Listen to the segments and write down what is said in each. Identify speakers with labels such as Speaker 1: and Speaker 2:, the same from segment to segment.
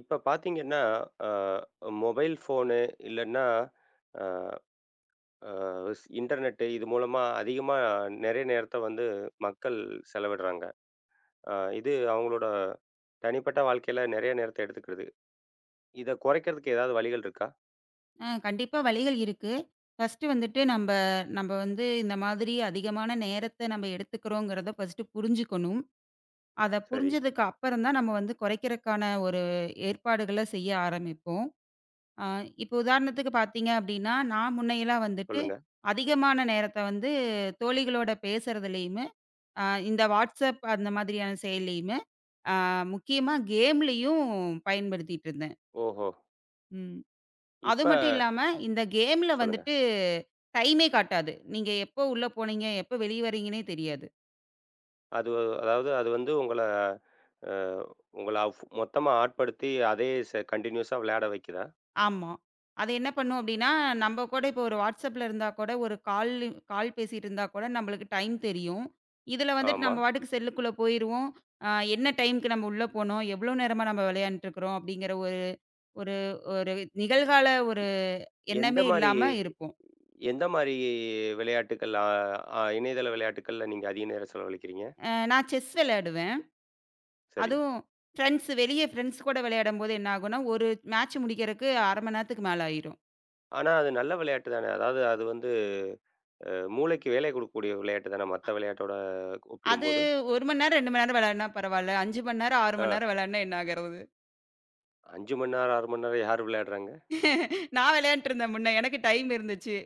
Speaker 1: இப்ப பார்த்தீங்கன்னா, mobile phone இல்லன்னா, அ அ ஸ் இன்டர்நெட்டு இது மூலமா அதிகமா நெறைய நேரத்த வந்து மக்கள் செலவிடுறாங்க. இது அவங்களோட தனிப்பட்ட வாழ்க்கையில நெறைய நேரத்த எடுத்துக்கிடுது. இத குறைக்கிறதுக்கு ஏதாவது வழிகள் இருக்கா?
Speaker 2: கண்டிப்பா வழிகள் இருக்கு. ஃபர்ஸ்ட்டு வந்துட்டு நம்ப நம்ப வந்து இந்த மாதிரி அதிகமான நேரத்த நம்ம எடுத்துக்கிறோங்கிறத ஃபர்ஸ்ட்டு புரிஞ்சுக்கணும். அத
Speaker 1: சரி,
Speaker 2: புரிஞ்சதுக்கு அப்புறம் தான் நம்ம வந்து குறைக்கிறக்கான ஒரு ஏற்பாடுகள செய்ய ஆரம்பிப்போம். ஆ இப்போ உதாரணத்துக்கு பார்த்தீங்க அப்டின்னா, நான் முன்னையெல்லாம் வந்துட்டு
Speaker 1: சொல்லுங்க.
Speaker 2: அதிகமான நேரத்த வந்து தோழிகளோட பேசுறதுலயுமே, அ இந்த WhatsApp அந்த மாதிரியான செயலியுமே, அ முக்கியமா கேம்லயும் பயன்படுத்திட்டு இருந்தேன்.
Speaker 1: ஓஹோ!
Speaker 2: ம். அது
Speaker 1: இப்ப
Speaker 2: மட்டும் இல்லாம, இந்த கேம்ல
Speaker 1: சொல்லுங்க.
Speaker 2: வந்துட்டு டைமே காட்டாது. நீங்க எப்போ உள்ள போனீங்க, எப்போ வெளிய வர்றீங்கன்னே தெரியாது.
Speaker 1: அது அதாவது அது வந்து அ உங்கள மொத்தமா ஆட்படுத்தி அதே கன்டினியூஸா விளையாட வைக்குதா?
Speaker 2: ஆமா. அது என்ன பண்ணும் அப்டின்னா, நம்ம கூட இப்போ ஒரு WhatsAppல இருந்தா கூட, ஒரு கால் கால் பேசிட்டு இருந்தா கூட நம்மளுக்கு டைம் தெரியும். இதுல வந்துட்டு
Speaker 1: ஆமா.
Speaker 2: நம்ம பாட்டுக்கு செல்லுக்குள்ள போயிருவோம். என்ன டைம்க்கு நம்ம உள்ள போனோம், எவ்ளோ நேரமா நம்ம விளையாண்ட்டு இருக்கிறோம் அப்டிங்கிற ஒரு ஒரு ஒரு நிகழ்கால ஒரு
Speaker 1: எ எந்த
Speaker 2: எண்ணமே
Speaker 1: மாரி
Speaker 2: இல்லாம இருப்போம்.
Speaker 1: எந்த மாரி விளையாட்டுக்கள், ஆ ஆ இணையதள விளையாட்டுக்கள்ல நீங்க அதிக நேரம் செலவழிக்கிறீங்க?
Speaker 2: நான் செஸ் விளையாடுவேன்.
Speaker 1: சரி.
Speaker 2: அதுவும் ஃப்ரெண்ட்ஸ் கூட விளையாடும்போது என்ன ஆகும்னா, ஒரு மேட்ச் முடிக்கிறக்கு 1/2 மணி நேரத்துக்கு மேல ஆயிரும்.
Speaker 1: ஆனா அது நல்ல விளையாட்டு தானே. அதாவது அது வந்து மூளைக்கு வேலை குடுக்கக்கூடிய விளையாட்டு தானே மத்த விளையாட்டோட
Speaker 2: அது
Speaker 1: ஒப்பிடும்போது.
Speaker 2: 1 மணி நேரம், 2 மணி நேரம் விளையாடுனா பரவால்ல. 5 மணி நேரம், 6
Speaker 1: ஆ,
Speaker 2: மணி நேரம் விளையாடுனா என்ன ஆகுறது?
Speaker 1: 5 மணி நேரம், 6 மணி நேரம் யார் விளையாடுறாங்க?
Speaker 2: நான் விளையாண்ட்டு இருந்தேன் முன்ன. எனக்கு டைம் இருந்துச்சு.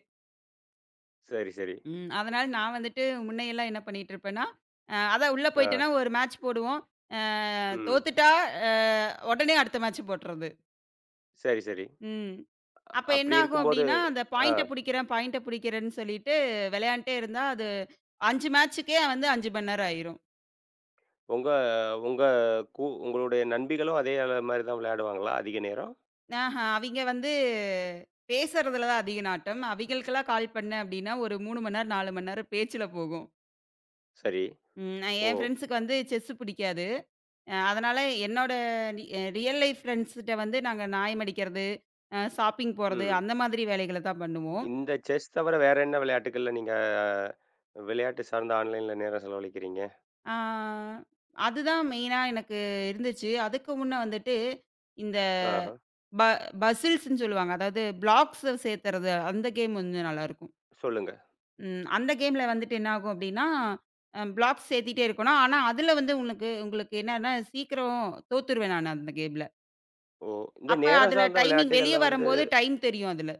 Speaker 1: சரி, சரி.
Speaker 2: ம். அதனால நான் வந்துட்டு முன்னையெல்லாம் என்ன பண்ணிட்டு இருப்பேன்னா, அதான் உள்ள
Speaker 1: ஆ.
Speaker 2: போயிட்டேன்னா ஒரு மேட்ச் போடுவோம். அ
Speaker 1: ம்.
Speaker 2: தோத்துட்டா அ உடனே அடுத்த மேட்ச் போட்டுறது.
Speaker 1: சரி, சரி.
Speaker 2: ம். அப்ப என்ன
Speaker 1: அப்படி
Speaker 2: ஆகும்
Speaker 1: இருக்கும்போது
Speaker 2: அப்டின்னா, அந்த
Speaker 1: ஆ,
Speaker 2: பாயிண்ட்ட புடிக்கிறேன், பாயிண்ட்ட புடிக்கிறேன்னு சொல்லிட்டு விளையாண்ட்டே இருந்தா, அது 5 மேட்ச்சுக்கே வந்து 5 மணி நேரம் ஆயிரும்.
Speaker 1: உங்க உங்க கூ உங்களுடைய நண்பிகளும் அதே மாரி தான் விளையாடுவாங்களா அதிக நேரம்?
Speaker 2: ஆஹா. அவிங்க வந்து பேசுறதுல தான் அதிக நாட்டம். அவிங்களுக்கெல்லாம் கால் பண்ணேன் அப்டின்னா, ஒரு 3 மணி நேரம், 4 மணி நேரம் பேச்சுல போகும்.
Speaker 1: சரி.
Speaker 2: நான்
Speaker 1: ஓ!
Speaker 2: என் ஃப்ரெண்ட்ஸுக்கு வந்து செஸ் பிடிக்காது. அதனால என்னோட ரி ரியல் லைஃப் ஃப்ரெண்ட்ஸ்கிட்ட வந்து நாங்க நாயம் அடிக்கிறது, ஷாப்பிங் போறது,
Speaker 1: ம்.
Speaker 2: அந்த மாதிரி வேலைகள தான் பண்ணுவோம்.
Speaker 1: இந்த செஸ் தவிர வேற என்ன விளையாட்டுகள்ல விளையாட்டு சார்ந்த ஆன்லைன்ல நேரம் செலவழிக்கிறீங்க?
Speaker 2: ஆ அதுதான் மெயினா எனக்கு இருந்துச்சு. அதுக்கு முன்ன வந்துட்டு, இந்த
Speaker 1: ஆஹா.
Speaker 2: ப பசில்ஸ்ன்னு சொல்லுவாங்க. அதாவது பிளாக்ஸ சேர்த்துறது, அந்த கேம் வந்து நல்லாயிருக்கும்.
Speaker 1: சொல்லுங்க.
Speaker 2: ம். அந்த கேம்ல வந்துட்டு என்ன ஆகும் அப்டின்னா, பிளாக்ஸ் சேர்த்திட்டே இருக்கணும். ஆனா, அதுல வந்து உங்களுக்கு என்னன்னா சீக்கிரம் தோத்துருவேன் நானு அந்த கேம்ல.
Speaker 1: ஓ! இந்த
Speaker 2: அப்ப
Speaker 1: நேரம்
Speaker 2: அதுல
Speaker 1: சார்ந்த
Speaker 2: டைமிங் வெளிய
Speaker 1: விளையாட்டுகள்ல வந்து
Speaker 2: வரும்போது டைம் தெரியும் அதுல.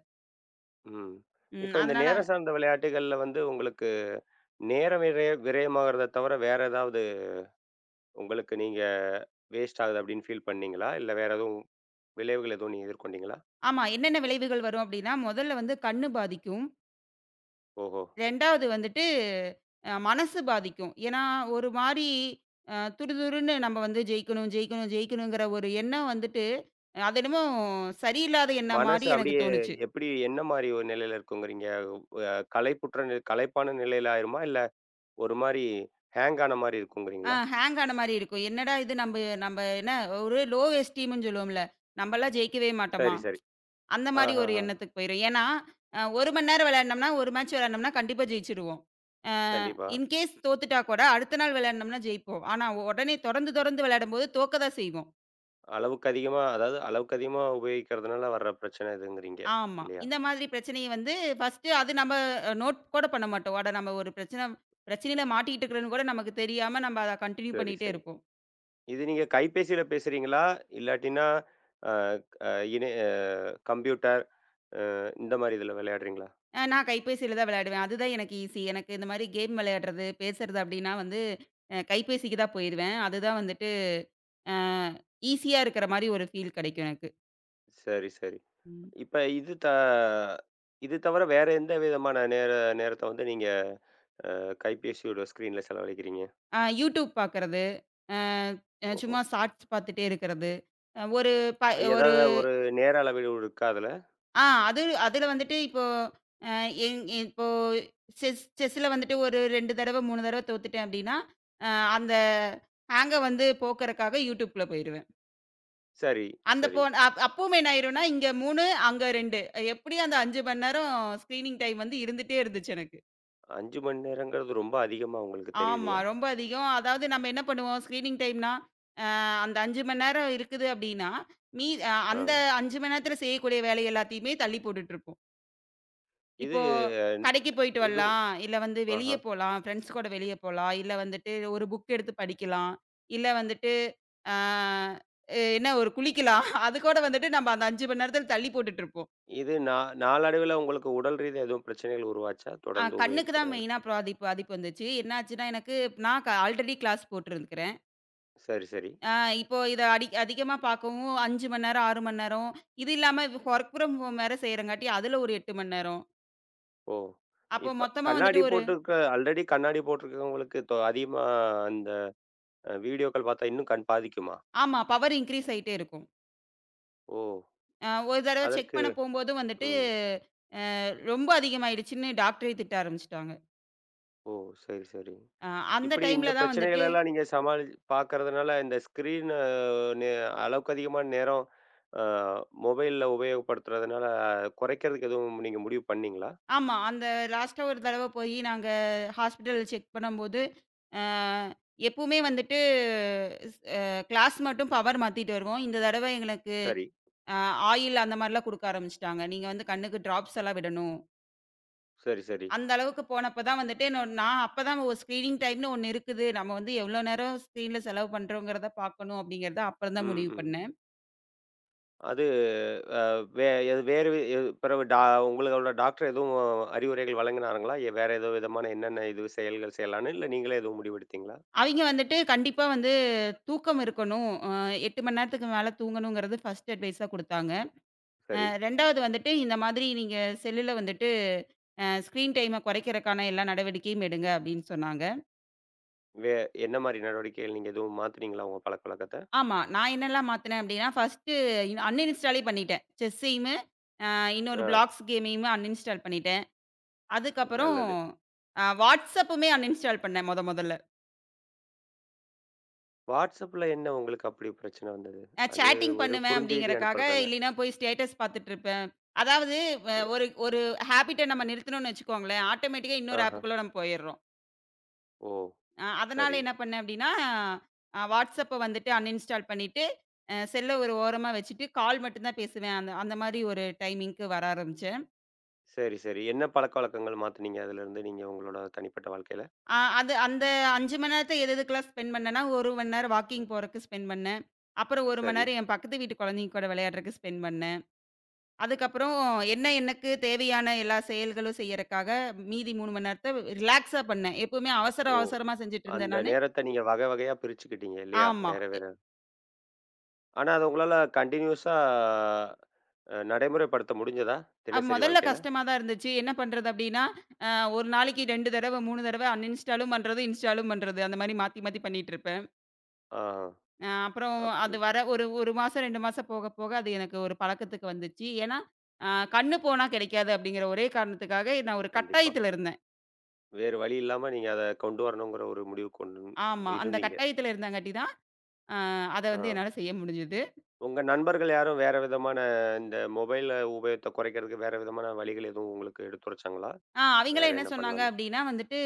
Speaker 1: ம்.
Speaker 2: ம்.
Speaker 1: இப்ப இந்த
Speaker 2: அதனால
Speaker 1: நேரம் சார்ந்த விளையாட்டுகள்ல வந்து உங்களுக்கு நேரம் விரய விரயமாகறத தவிர வேற ஏதாவது உங்களுக்கு நீங்க வேஸ்ட் ஆகுது அப்படின்னு ஃபீல் பண்ணீங்களா? இல்ல வேற எதுவும் விளைவுகள் எதுவும் நீங்க எதிர்கொண்டீங்களா?
Speaker 2: ஆமா. என்னென்ன விளைவுகள் வரும் அப்டின்னா, முதல்ல வந்து கண்ணு பாதிக்கும்.
Speaker 1: ஓஹோ!
Speaker 2: 2வது வந்துட்டு மனசு பாதிக்கும். ஏன்னா, ஒரு மாரி துருதுருன்னு நம்ம வந்து ஜெயிக்கணும், ஜெயிக்கணும், ஜெயிக்கணுங்கிற ஒரு எண்ணம் வந்துட்டு, அது என்னமோ சரியில்லாத எண்ணம்
Speaker 1: மனசு
Speaker 2: மாரி எனக்கு
Speaker 1: அப்படியே
Speaker 2: தோணுச்சு.
Speaker 1: எப்படி என்ன மாரி ஒரு நிலையில இருக்குங்கிறீங்க? அ களைப்பான நிலையில ஆயிருமா? இல்ல ஒரு மாரி ஹேங் ஆன மாரி இருக்குங்கிறீங்களா?
Speaker 2: ஹேங் ஆன மாரி இருக்கும். என்னடா இது நம்ப நம்ப என்ன ஒரு லோ எஸ்டீம்ன்னு சொல்லுவோம்ல. நம்பலாம் ஜெயிக்கவே மாட்டோமா?
Speaker 1: சரி, சரி.
Speaker 2: அந்த மாரி ஒரு
Speaker 1: ஆஹஹா!
Speaker 2: எண்ணத்துக்கு போயிரும். ஏன்னா, 1 மணி நேரம் விளையாண்டோம்னா, 1 மேட்ச் விளையாண்டோம்னா கண்டிப்பா ஜெயிச்சுருவோம். அ
Speaker 1: கண்டிப்பா.
Speaker 2: இன்கேஸ் தோத்துட்டா கூட அடுத்த நாள் விளையாண்டோம்னா ஜெயிப்போம். ஆனா உடனே தொடர்ந்து தொடர்ந்து விளையாடும்போது தோக்க தான் செய்வோம்.
Speaker 1: அளவுக்கு அதிகமா அதாவது அளவுக்கு அதிகமா உபயோகிக்கிறதுனால வர்ற பிரச்சனை இதுங்கிறீங்க.
Speaker 2: ஆமா.
Speaker 1: இல்லையா?
Speaker 2: இந்த மாதிரி பிரச்சனைய வந்து ஃபர்ஸ்ட்டு அது நம்ம நோட் கூட பண்ண மாட்டோம். அட நம்ம ஒரு பிரச்சனையில மாட்டிக்கிட்டு இருக்கிறோம்ன்னு கூட நமக்கு தெரியாம நம்ம அத கன்டின்யூ
Speaker 1: சரி,
Speaker 2: பண்ணிட்டே
Speaker 1: சரி.
Speaker 2: இருப்போம்.
Speaker 1: இது நீங்க கைபேசியில பேசுறீங்களா? இல்லாட்டின்னா அ அ இணை அ கம்ப்யூட்டர் அ இந்த மாரி இதில விளையாடுறீங்களா?
Speaker 2: நான் கைபேசியில தான் விளையாடுவேன். அதுதான் எனக்கு ஈஸி. எனக்கு இந்த மாரி கேம் விளையாடுறது, பேசுறது அப்படின்னா வந்து கைபேசிக்கு தான் போயிருவேன். அதுதான் வந்துட்டு அ ஈஸியா இருக்கிற மாரி ஒரு ஃபீல் கிடைக்கும் எனக்கு.
Speaker 1: சரி, சரி.
Speaker 2: ம்.
Speaker 1: இப்ப இது தவிர வேற எந்த விதமான நேரத்த வந்து நீங்க அ கைபேசியோட ஸ்க்ரீன்ல செலவழிக்கிறீங்க?
Speaker 2: யூடியூப் பார்க்கறது, அ அ
Speaker 1: ஓஹோ!
Speaker 2: சும்மா ஷார்ட்ஸ் பார்த்துட்டே இருக்கிறது. அ ஒரு ப ஒரு
Speaker 1: ஏதாவது ஒரு நேர அளவீடு இருக்கா அதுல?
Speaker 2: ஆ அது அதுல வந்துட்டு இப்போ அ எங் இப்போ செஸ்ல வந்துட்டு ஒரு 2 தடவ, 3 தடவ தோத்துட்டேன் அப்படின்னா, அ அந்த ஹேங்க வந்து போக்குறக்காக யூடியூப்குள்ள போயிருவேன்.
Speaker 1: சரி,
Speaker 2: அந்த
Speaker 1: சரி.
Speaker 2: போன் அப்பவும் என்ன ஆயிரும்னா, இங்க 3 அங்க 2 எப்படியும் அந்த 5 மணி நேரம் ஸ்க்ரீனிங் டைம் வந்து இருந்துட்டே இருந்துச்சு எனக்கு.
Speaker 1: 5 மணி நேரங்கிறது ரொம்ப அதிகமா உங்களுக்கு
Speaker 2: ஆமா.
Speaker 1: தெரியலையா?
Speaker 2: ரொம்ப அதிகம். அதாவது நம்ம என்ன பண்ணுவோம் ஸ்க்ரீனிங் டைம்னா, அ அந்த 5 மணி நேரம் இருக்குது அப்படின்னா, மீ அ
Speaker 1: ஆ.
Speaker 2: அந்த 5 மணி நேரத்தில செய்யக்கூடிய வேலை எல்லாத்தையுமே தள்ளி போட்டுட்டுருப்போம்.
Speaker 1: இது
Speaker 2: இப்போ கடைக்கு போயிட்டு
Speaker 1: இது
Speaker 2: வரலாம், இல்ல வந்து வெளிய
Speaker 1: ஆஹா.
Speaker 2: போலாம், ஃப்ரெண்ட்ஸ் கூட வெளிய போலாம், இல்ல வந்துட்டு ஒரு புக் எடுத்து படிக்கலாம், இல்ல வந்துட்டு அ என்ன ஒரு குளிக்கலாம். அது கூட வந்துட்டு நம்ம அந்த 5 மணி நேரத்தில தள்ளி போட்டுட்டுருப்போம்.
Speaker 1: இது நா நாளடைவில உங்களுக்கு உடல் ரீதியா எதுவும் பிரச்சனைகள் உருவாச்சா? தொடர்ந்து
Speaker 2: கண்ணுக்கு தான்
Speaker 1: உபயோகிக்கிறதுனால?
Speaker 2: மெயினா பாதிப்பு பாதிப்பு வந்துச்சு. என்னாச்சுன்னா, எனக்கு நான் ஆல்ரெடி கிளாஸ் போட்டிருந்துக்கிறேன்.
Speaker 1: சரி, சரி.
Speaker 2: ஆ இப்போ இத அடி அதிகமா பார்க்கவும் 5 மணி நேரம், 6 மணி நேரம். இது இல்லாம ஒர்க் ஃப்ரம் ஹோம் வேற செய்றங்காட்டி, அதுல ஒரு 8 மணி நேரம்.
Speaker 1: ஓ!
Speaker 2: அப்போ
Speaker 1: இப்ப
Speaker 2: மொத்தமா
Speaker 1: கண்ணாடி
Speaker 2: வந்துட்டு ஒரு
Speaker 1: போட்டிருக்க ஆல்ரெடி கண்ணாடி போட்டிருக்கவங்களுக்கு அதிகமா அந்த வீடியோக்கள் பார்த்தா இன்னும் கண் பாதிக்குமா?
Speaker 2: ஆமா, பவர் இன்கிரீஸ் ஆயிட்டே இருக்கும்.
Speaker 1: ஓ!
Speaker 2: ஒரு தடவ செக்
Speaker 1: அதற்கு
Speaker 2: பண்ண போம்போது வந்துட்டு,
Speaker 1: ம்.
Speaker 2: அ ரொம்ப அதிகமாயிடுச்சுன்னு டாக்டரே திட்ட ஆரம்பிச்சுட்டாங்க.
Speaker 1: ஓ! சரி, சரி.
Speaker 2: அ அந்த
Speaker 1: இப்படி இந்த
Speaker 2: டைம்ல தான்
Speaker 1: பிரச்சனைகள்
Speaker 2: வந்துட்டு
Speaker 1: எல்லாம் நீங்க சமாளி பார்க்கறதுனால இந்த ஸ்க்ரீன் அ நே அளவுக்கு அதிகமான நேரம் அ மொபைல்ல உபயோகப்படுத்துறதுனால குறைக்கிறதுக்கு எதுவும் நீங்க முடிவு பண்ணீங்களா?
Speaker 2: ஆமா. அந்த லாஸ்ட்டா ஒரு தடவ போயி நாங்க ஹாஸ்பிட்டல் செக் பண்ணும்போது, அ எப்பவுமே வந்துட்டு ஸ் அ கிளாஸ் மட்டும் பவர் மாத்திட்டு வருவோம். இந்த தடவ எங்களுக்கு
Speaker 1: சரி.
Speaker 2: அ ஆயில் அந்த மாரிலாம் குடுக்க ஆரம்பிச்சுட்டாங்க. நீங்க வந்து கண்ணுக்கு ட்ராப்ஸ் எல்லாம் விடணும்.
Speaker 1: சரி, சரி.
Speaker 2: அந்த அளவுக்கு போனப்ப தான் வந்துட்டு நான் அப்ப தான் ஒரு ஸ்க்ரீனிங் டைம்னு ஒண்ணு இருக்குது. நம்ம வந்து எவ்வளோ நேரம் ஸ்க்ரீன்ல செலவு பண்றோங்கிறத பார்க்கணும் அப்படிங்கிறத அப்புறம் தான்
Speaker 1: ம்,
Speaker 2: முடிவு
Speaker 1: ம்.
Speaker 2: பண்ணேன்.
Speaker 1: அது அ வே எது வேறு வி- எது பிறவு டா உங்களோட டாக்டர் எதுவும் அறிவுரைகள் வழங்கினாருங்களா? வேற ஏதோ விதமான என்னென்ன இது செயல்கள் செய்யலான்னு? இல்ல நீங்களே எதுவும் முடிவெடுத்தீங்களா?
Speaker 2: அவிங்க வந்துட்டு கண்டிப்பா வந்து தூக்கம் இருக்கணும். 8 மணி நேரத்துக்கு மேல தூங்கணுங்கிறது ஃபர்ஸ்ட் அட்வைஸா குடுத்தாங்க.
Speaker 1: சரி.
Speaker 2: 2வது வந்துட்டு, இந்த மாதிரி நீங்க செல்லுல வந்துட்டு ஸ்க்ரீன் டைம குறைக்கிறக்கான எல்லா நடவடிக்கையும் எடுங்க அப்படின்னு சொன்னாங்க.
Speaker 1: வே என்ன மாரி நடவடிக்கைகள் நீங்க எதுவும் மாத்துனீங்களா உங்க பழக்கவழக்கத்த?
Speaker 2: ஆமா. நான் என்னெல்லாம் மாத்துனேன் அப்படின்னா, ஃபர்ஸ்ட்டு அன்இன்ஸ்டாலே பண்ணிட்டேன். செஸ்ஸையுமு, அ
Speaker 1: ஆ,
Speaker 2: இன்னொரு பிளாக்ஸ் கேமையுமே அன்இன்ஸ்டால் பண்ணிட்டேன். அதுக்கப்புறம்
Speaker 1: நல்லது.
Speaker 2: வாட்ஸ்அப்புமே அன்இன்ஸ்டால் பண்ணேன் மொதல்ல.
Speaker 1: WhatsAppல என்ன உங்களுக்கு அப்படி பிரச்சனை வந்தது? அது
Speaker 2: சேட்டிங்
Speaker 1: வெறும்
Speaker 2: பண்ணுவேன்
Speaker 1: குறுஞ்செய்தி
Speaker 2: அப்படிங்கிறக்காக,
Speaker 1: அனுப்புறது தானே?
Speaker 2: இல்லைன்னா போய் ஸ்டேட்டஸ் பாத்துட்டுருப்பேன். அதாவது வ
Speaker 1: ச
Speaker 2: ஒரு ஒரு ஹேபிட்ட நம்ம நிறுத்துனோம்னு வச்சுக்கோங்களேன், ஆட்டோமேட்டிக்கா இன்னொரு
Speaker 1: ஆஹா.
Speaker 2: ஆப்புக்குள்ள நம்ம போயிர்றோம்.
Speaker 1: ஓ!
Speaker 2: அதனால
Speaker 1: சரி.
Speaker 2: என்ன பண்ணேன் அப்டின்னா, WhatsApp வந்துட்டு அன்இன்ஸ்டால் பண்ணிட்டு, செல்ல ஒரு ஓரமா வச்சுட்டு கால் மட்டும் தான் பேசுவேன். அந்த அந்த மாரி ஒரு டைமிங்க்கு வர ஆரம்பிச்சேன்.
Speaker 1: சரி, சரி. என்ன பழக்கவழக்கங்கள் மாத்துனீங்க அதுலருந்து நீங்க உங்களோட தனிப்பட்ட வாழ்க்கையில?
Speaker 2: அது அந்த 5 மணி நேரத்த எது எதுக்கெல்லாம் ஸ்பெண்ட் பண்ணேன்னா, 1 மணி நேரம் வாக்கிங் போறதுக்கு ஸ்பெண்ட் பண்ணேன். அப்புறம் 1 மணி
Speaker 1: சரி.
Speaker 2: நேரம் என் பக்கத்து வீட்டு குழந்தைங்க கூட விளையாடுறதுக்கு ஸ்பெண்ட் பண்ணேன். அதுக்கப்புறம் என்ன எனக்கு தேவையான எல்லா செயல்களும் செய்யறக்காக மீதி 3 மணி நேரத்த ரிலாக்ஸா பண்ணேன். எப்பவுமே அவசர
Speaker 1: ஓ!
Speaker 2: அவசரமா செஞ்சுட்டு இருந்தேன்
Speaker 1: அந்த
Speaker 2: நானு.
Speaker 1: நேரத்த நீங்க வகை வகையா பிரிச்சுக்கிட்டீங்க இல்லையா?
Speaker 2: ஆமா.
Speaker 1: வேற வேற. ஆனா அத உங்களால கன்டினியூஸா நடைமுறைப்படுத்த முடிஞ்சதா? தினசரி
Speaker 2: மொதல்ல
Speaker 1: வாழ்க்கையில?
Speaker 2: கஷ்டமா தான் இருந்துச்சு. என்ன பண்றது அப்டின்னா, அ ஒரு நாளைக்கு 2 தடவ, 3 தடவ அன்இன்ஸ்டாலும் பண்றது, இன்ஸ்டாலும் பண்றது. அந்த மாரி மாத்தி, மாத்தி பண்ணிட்டு இருப்பேன்.
Speaker 1: ஆ,
Speaker 2: அப்புறம் அது
Speaker 1: அப்படி.
Speaker 2: வர ஒரு 1 மாசம், 2 மாசம் போக, போக அது எனக்கு ஒரு பழக்கத்துக்கு வந்துச்சு. ஏன்னா, அ கண்ணு போனா கிடைக்காது அப்டிங்கிற ஒரே காரணத்துக்காக நான் ஒரு
Speaker 1: கண்டிப்பா.
Speaker 2: கட்டாயத்துல இருந்தேன்.
Speaker 1: வேறு வழி இல்லாம நீங்க அத கொண்டு வரணுங்கிற ஒரு முடிவுக்கு கொண்டு
Speaker 2: ஆமா. அந்த
Speaker 1: இருந்தீங்க.
Speaker 2: கட்டாயத்துல இருந்தங்காட்டி தான், அ அத
Speaker 1: ஆ.
Speaker 2: வந்து என்னால செய்ய முடிஞ்சது.
Speaker 1: உங்க நண்பர்கள் யாரும் வேற விதமான இந்த மொபைல் உபயோகத்த குறைக்கிறதுக்கு வேற விதமான வழிகள் எதுவும் உங்களுக்கு எடுத்துரைச்சாங்களா? வேற
Speaker 2: அவிங்களே என்ன
Speaker 1: என்ன
Speaker 2: சொன்னாங்க
Speaker 1: பண்ணலான்னு?
Speaker 2: அப்டின்னா வந்துட்டு,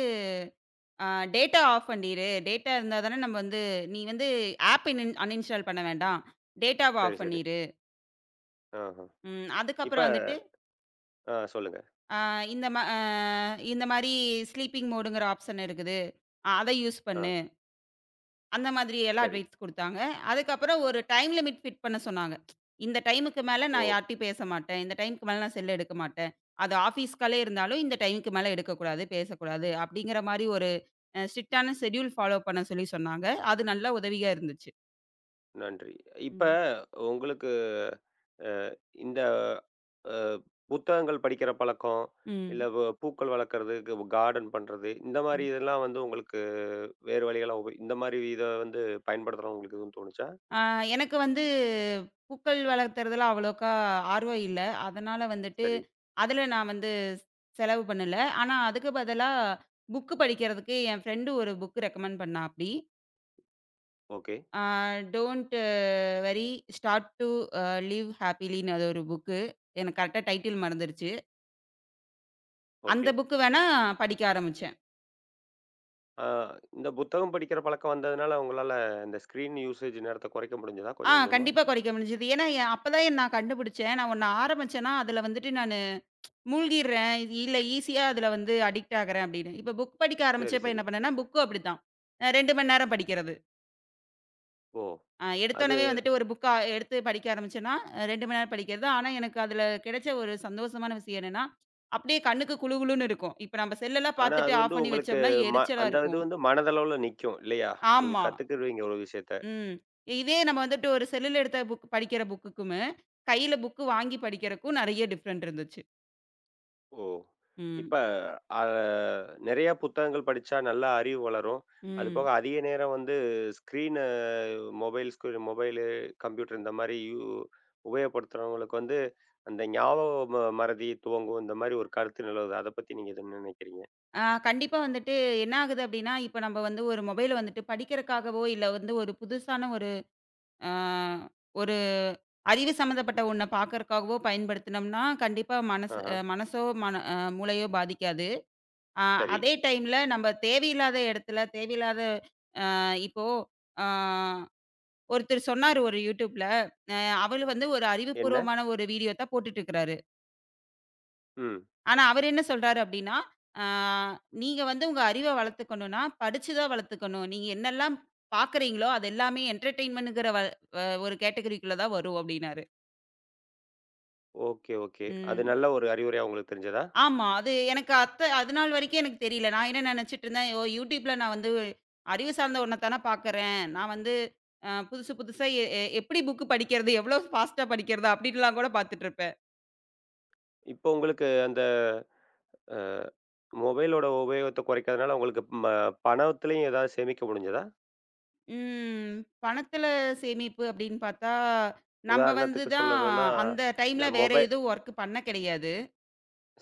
Speaker 2: அ டேட்டா ஆஃப் பண்ணிரு. டேட்டா இருந்தா தானே நம்ம வந்து நீ வந்து ஆப் இன் அன்இன்ஸ்டால் பண்ண வேண்டாம். டேட்டாவ
Speaker 1: சரி,
Speaker 2: ஆஃப்
Speaker 1: சரி.
Speaker 2: பண்ணிரு.
Speaker 1: ஆஹ.
Speaker 2: ம்.
Speaker 1: இப்ப
Speaker 2: அதுக்கப்புறம் வந்துட்டு,
Speaker 1: ஆ, சொல்லுங்க.
Speaker 2: அ இந்த ம அ இந்த மாரி ஸ்லீப்பிங் மோடுங்கிற ஆப்ஷன் இருக்குது. அத யூஸ்
Speaker 1: ஆ,
Speaker 2: பண்ணு. அந்த மாதிரி எல்லாம்
Speaker 1: சரி.
Speaker 2: அட்வைஸ் குடுத்தாங்க. அதுக்கப்புறம் ஒரு டைம் லிமிட் ஃபிட் பண்ண சொன்னாங்க. இந்த டைமுக்கு மேல
Speaker 1: ஓ!
Speaker 2: நான் யார்ட்டயும் பேச மாட்டேன். இந்த டைமுக்கு மேல நான் செல் எடுக்க மாட்டேன். அது ஆஃபீஸ்காலே இருந்தாலும் இந்த டைமுக்கு மேல எடுக்கக்கூடாது, பேசக்கூடாது அப்படிங்கிற மாரி ஒரு ஸ்ட்ரிக்ட்டான ஷெட்யூல் ஃபாலோ பண்ண சொல்லி சொன்னாங்க. அது நல்ல உதவியா இருந்துச்சு.
Speaker 1: நன்றி. இப்ப
Speaker 2: ம்.
Speaker 1: உங்களுக்கு அ இந்த அ புத்தகங்கள் படிக்கிற பழக்கம், இல்ல பூக்கள் வளர்க்கறது, கார்டன் பண்றது, இந்த மாரி
Speaker 2: ம்.
Speaker 1: இதெல்லாம் வந்து உங்களுக்கு வேறு வழிகளா இந்த மாரி இத வந்து பயன்படுத்தலாம்னு உங்களுக்கு எதுவும் தோணுச்சா?
Speaker 2: ஆ, எனக்கு வந்து பூக்கள் வளர்த்துறதுல அவ்வளோக்கா ஆர்வம் இல்ல. அதனால வந்துட்டு,
Speaker 1: சரி.
Speaker 2: அதுல நான் வந்து செலவு பண்ணல. ஆனா, அதுக்கு பதிலா புக் படிக்கிறதுக்கு என் ஃப்ரெண்டு ஒரு புக் ரெக்கமெண்ட் பண்ணா அப்படி.
Speaker 1: ஓகே,
Speaker 2: ஆ don't worry start to uh live ஹேப்பிலின்னு அது ஒரு புக்கு. எனக்கு கரெக்ட்டா டைட்டில் மறந்துருச்சு. அந்த
Speaker 1: ஓகே.
Speaker 2: புக் வேணா படிக்க ஆரம்பிச்சேன்.
Speaker 1: ஆ, இந்த புத்தகம் படிக்கிற பழக்கம் வந்ததுனால உங்களால இந்த ஸ்க்ரீன் யூசேஜ் நேரத்த குறைக்க முடிஞ்சதா கொஞ்சம் கொஞ்சமா?
Speaker 2: கண்டிப்பா குறைக்க முடிஞ்சது. ஏன்னா, அப்பதான் நான் கண்டுபிடிச்சேன். நான் ஒண்ணு ஆரம்பிச்சேன்னா, அதுல வந்துட்டு நான் மூழ்கிறேன். இது இல்ல ஈஸியா அதுல வந்து அடிக்ட் ஆகுறேன் அப்படின்னு. இப்ப புக் படிக்க
Speaker 1: சரி,
Speaker 2: ஆரம்பிச்சப்ப
Speaker 1: சரி.
Speaker 2: என்ன பண்ணேன்னா, புக்கும் அப்படித்தான். 2 மணி நேரம் படிக்கிறது.
Speaker 1: ஓ! அது
Speaker 2: எடுத்தோனவே வந்துட்டு ஒரு புக்கா எடுத்து படிக்க ஆரம்பிச்சேன்னா, 2 மணி நேரம் படிக்கிறது. ஆனா, எனக்கு அதுல கிடைச்ச ஒரு சந்தோஷமான விஷயம் என்னன்னா, அப்படியே கண்ணுக்கு குளு குளுன்னு இருக்கும். இப்ப நம்ம செல்லெல்லாம்
Speaker 1: ஆனா
Speaker 2: பார்த்துட்டு
Speaker 1: அது வந்து
Speaker 2: ஆஃப் பண்ணி
Speaker 1: உங்களுக்கு
Speaker 2: வச்சோம்னா
Speaker 1: ம
Speaker 2: எரிச்சலா
Speaker 1: அந்த இது
Speaker 2: இருக்கும்.
Speaker 1: வந்து மனதளவுல நிக்கும் இல்லையா? நீங்க
Speaker 2: ஆமா.
Speaker 1: கத்துக்கிருவீங்க ஒரு விஷயத்த.
Speaker 2: ம். இதே நம்ம வந்துட்டு ஒரு செல்லுல எடுத்த புக் படிக்கிற புக்குக்குமே, கையில புக் வாங்கி படிக்கிறக்கும் நெறைய டிஃபரெண்ட் இருந்துச்சு.
Speaker 1: ஓ! இப்ப
Speaker 2: ம்.
Speaker 1: அ நெறையா புத்தகங்கள் படிச்சா நல்லா அறிவு வளரும்.
Speaker 2: ம்.
Speaker 1: அதுபோக அதிக நேரம் வந்து screen mobile screen mobile, computer இந்த மாரி உபயோகப்படுத்துறவங்களுக்கு வந்து அந்த ஞாபக ம மறதி துவங்கும். இந்த மாரி ஒரு கருத்து நிலவுது. அத பத்தி நீங்க என்ன நினைக்கிறீங்க?
Speaker 2: கண்டிப்பா வந்துட்டு என்ன ஆகுது அப்டின்னா, இப்ப நம்ம வந்து ஒரு மொபைல வந்துட்டு படிக்கிறக்காகவோ, இல்ல வந்து ஒரு புதுசான ஆ ஒரு அறிவு சம்மந்தப்பட்ட ஒண்ண பார்க்கறக்காகவோ பயன்படுத்துனோம்னா, கண்டிப்பா மனசு
Speaker 1: ஆஹா.
Speaker 2: அ மனசோ, மன அ மூளையோ பாதிக்காது. ஆ
Speaker 1: சரி.
Speaker 2: அதே டைம்ல நம்ம தேவையில்லாத இடத்துல, தேவையில்லாத. இப்போ ஆ ஒருத்தர் சொன்னாரு ஒரு YouTubeல, அ அவரு வந்து ஒரு
Speaker 1: என்ன?
Speaker 2: அறிவுபூர்வமான ஒரு வீடியோ தான் போட்டுட்டுருக்கிறாரு.
Speaker 1: ம்.
Speaker 2: ஆனா, அவரு என்ன சொல்றாரு அப்படின்னா, ஆ "நீங்க வந்து உங்க அறிவ வளர்த்துக்கணும்னா, படிச்சு தான் வளர்த்துக்கணும். நீங்க என்னெல்லாம் பார்க்குறீங்களோ, அது எல்லாமே என்டர்டெயின்மென்ட்ங்கிற வ வ ஒரு கேட்டகரிக்குள்ள தான் வரும்" அப்படின்னாரு.
Speaker 1: Okay, okay. அது
Speaker 2: ம்.
Speaker 1: நல்ல ஒரு அறிவுரையா உங்களுக்கு தெரிஞ்சதா?
Speaker 2: ஆமா. அது எனக்கு அதுநாள் வரைக்கும் எனக்கு தெரியல. நான் என்ன நெனச்சுட்டுருந்தேன், "ஓ! YouTubeல நான் வந்து அறிவு சார்ந்த ஒண்ண தான பார்க்குறேன். நான் வந்து புதுசு புதுசா எ எ எப்படி புக் படிக்கிறது, எவ்வளோ ஃபாஸ்ட்டா படிக்கிறது" அப்படின்லாம் கூட பார்த்துட்டுருப்பேன்.
Speaker 1: இப்போ உங்களுக்கு அந்த அ மொபைலோட உபயோகத்த குறைக்கிறதுனால உங்களுக்கு பணத்துலயும் ஏதாவது சேமிக்க முடிஞ்சதா?
Speaker 2: ம். பணத்தில சேமிப்பு அப்படின்னு பார்த்தா, நம்ப வந்து
Speaker 1: உதாரணத்துக்கு
Speaker 2: தான்
Speaker 1: சொல்லணும்னா,
Speaker 2: அந்த
Speaker 1: இந்த
Speaker 2: டைம்ல வேற
Speaker 1: மொபை
Speaker 2: எதுவும் ஒர்க் பண்ண கிடையாது.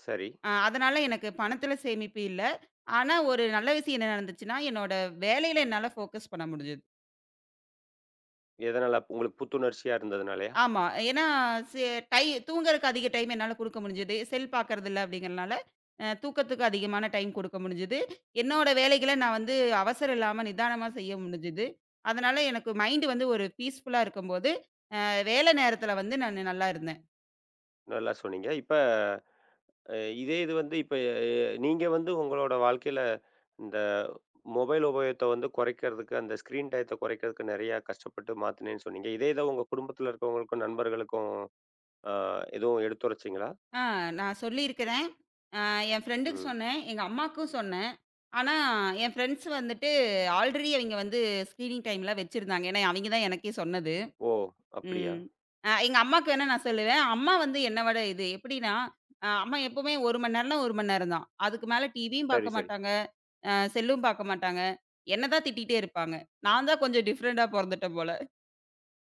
Speaker 1: சரி.
Speaker 2: அதனால எனக்கு பணத்தில சேமிப்பு இல்ல. ஆனா ஒரு நல்ல விஷயம் என்ன நடந்துச்சுன்னா, என்னோட வேலையில என்னால ஃபோக்கஸ் பண்ண முடிஞ்சது.
Speaker 1: எதனால அப்ப உங்களுக்கு புத்துணர்ச்சியா இருந்ததுனாலயா?
Speaker 2: ஆமா. ஏன்னா சே டை தூங்குறதுக்கு அதிக டைம் என்னால குடுக்க முடிஞ்சது. செல் பார்க்கறது இல்ல அப்படிங்கிறனால, தூக்கத்துக்கு அதிகமான டைம் குடுக்க முடிஞ்சது. என்னோட வேலைகள நான் வந்து அவசரம் இல்லாம நிதானமா செய்ய முடிஞ்சது. அதனால எனக்கு மைண்ட் வந்து ஒரு பீஸ்ஃபுல்லா இருக்கும்போது வேலை நேரத்துல வந்து நானு நல்லா இருந்தேன்.
Speaker 1: நல்லா சொன்னீங்க. இப்ப அ இதே இது வந்து இப்ப நீங்க வந்து உங்களோட வாழ்க்கையில இந்த மொபைல் உபயோகத்த வந்து குறைக்கிறதுக்கு, அந்த ஸ்க்ரீன் டயத்த குறைக்கிறதுக்கு நெறையா கஷ்டப்பட்டு மாத்துனேன்னு சொன்னீங்க. இதே இத உங்க குடும்பத்தில இருக்கவங்களுக்கும், நண்பர்களுக்கும் அ எதுவும் எடுத்துரைச்சீங்களா?
Speaker 2: ஆ நான் சொல்லியிருக்கிறேன். அ என் ஃப்ரெண்டுக்கு
Speaker 1: ம்.
Speaker 2: சொன்னேன். எங்க அம்மாக்கும் சொன்னேன். ஆனா, என் ஃப்ரெண்ட்ஸ் வந்துட்டு ஆல்ரெடி அவிங்க வந்து ஸ்க்ரீனிங் டைம்லாம் வச்சிருந்தாங்க. ஏன்னா, அவிங்க தான் எனக்கே சொன்னது.
Speaker 1: ஓ! அப்படியா?
Speaker 2: ம். எங்க அம்மாக்கு வேணா நான் சொல்லுவேன். அம்மா வந்து என்ன விட இது எப்படின்னா, அம்மா எப்பவுமே 1 மணி நேரம்னா 1 மணி நேரம் தான். அதுக்கு மேல டிவியும்
Speaker 1: சரி,
Speaker 2: பார்க்க
Speaker 1: சரி.
Speaker 2: மாட்டாங்க. செல்லும் பார்க்க மாட்டாங்க. என்ன தான் திட்டிட்டே இருப்பாங்க. நான் தான் கொஞ்சம் டிஃப்ரெண்ட்டா பொறந்துட்டேன் போல.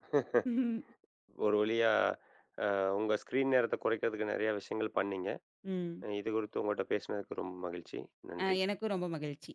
Speaker 1: ஒரு வழியா அ உங்க ஸ்க்ரீன் நேரத்த குறைக்கிறதுக்கு நெறையா விஷயங்கள் பண்ணீங்க.
Speaker 2: ம்.
Speaker 1: இது குறித்து உங்கள்ட்ட பேசினதுக்கு ரொம்ப மகிழ்ச்சி. நன்றி.
Speaker 2: எனக்கும் ரொம்ப மகிழ்ச்சி.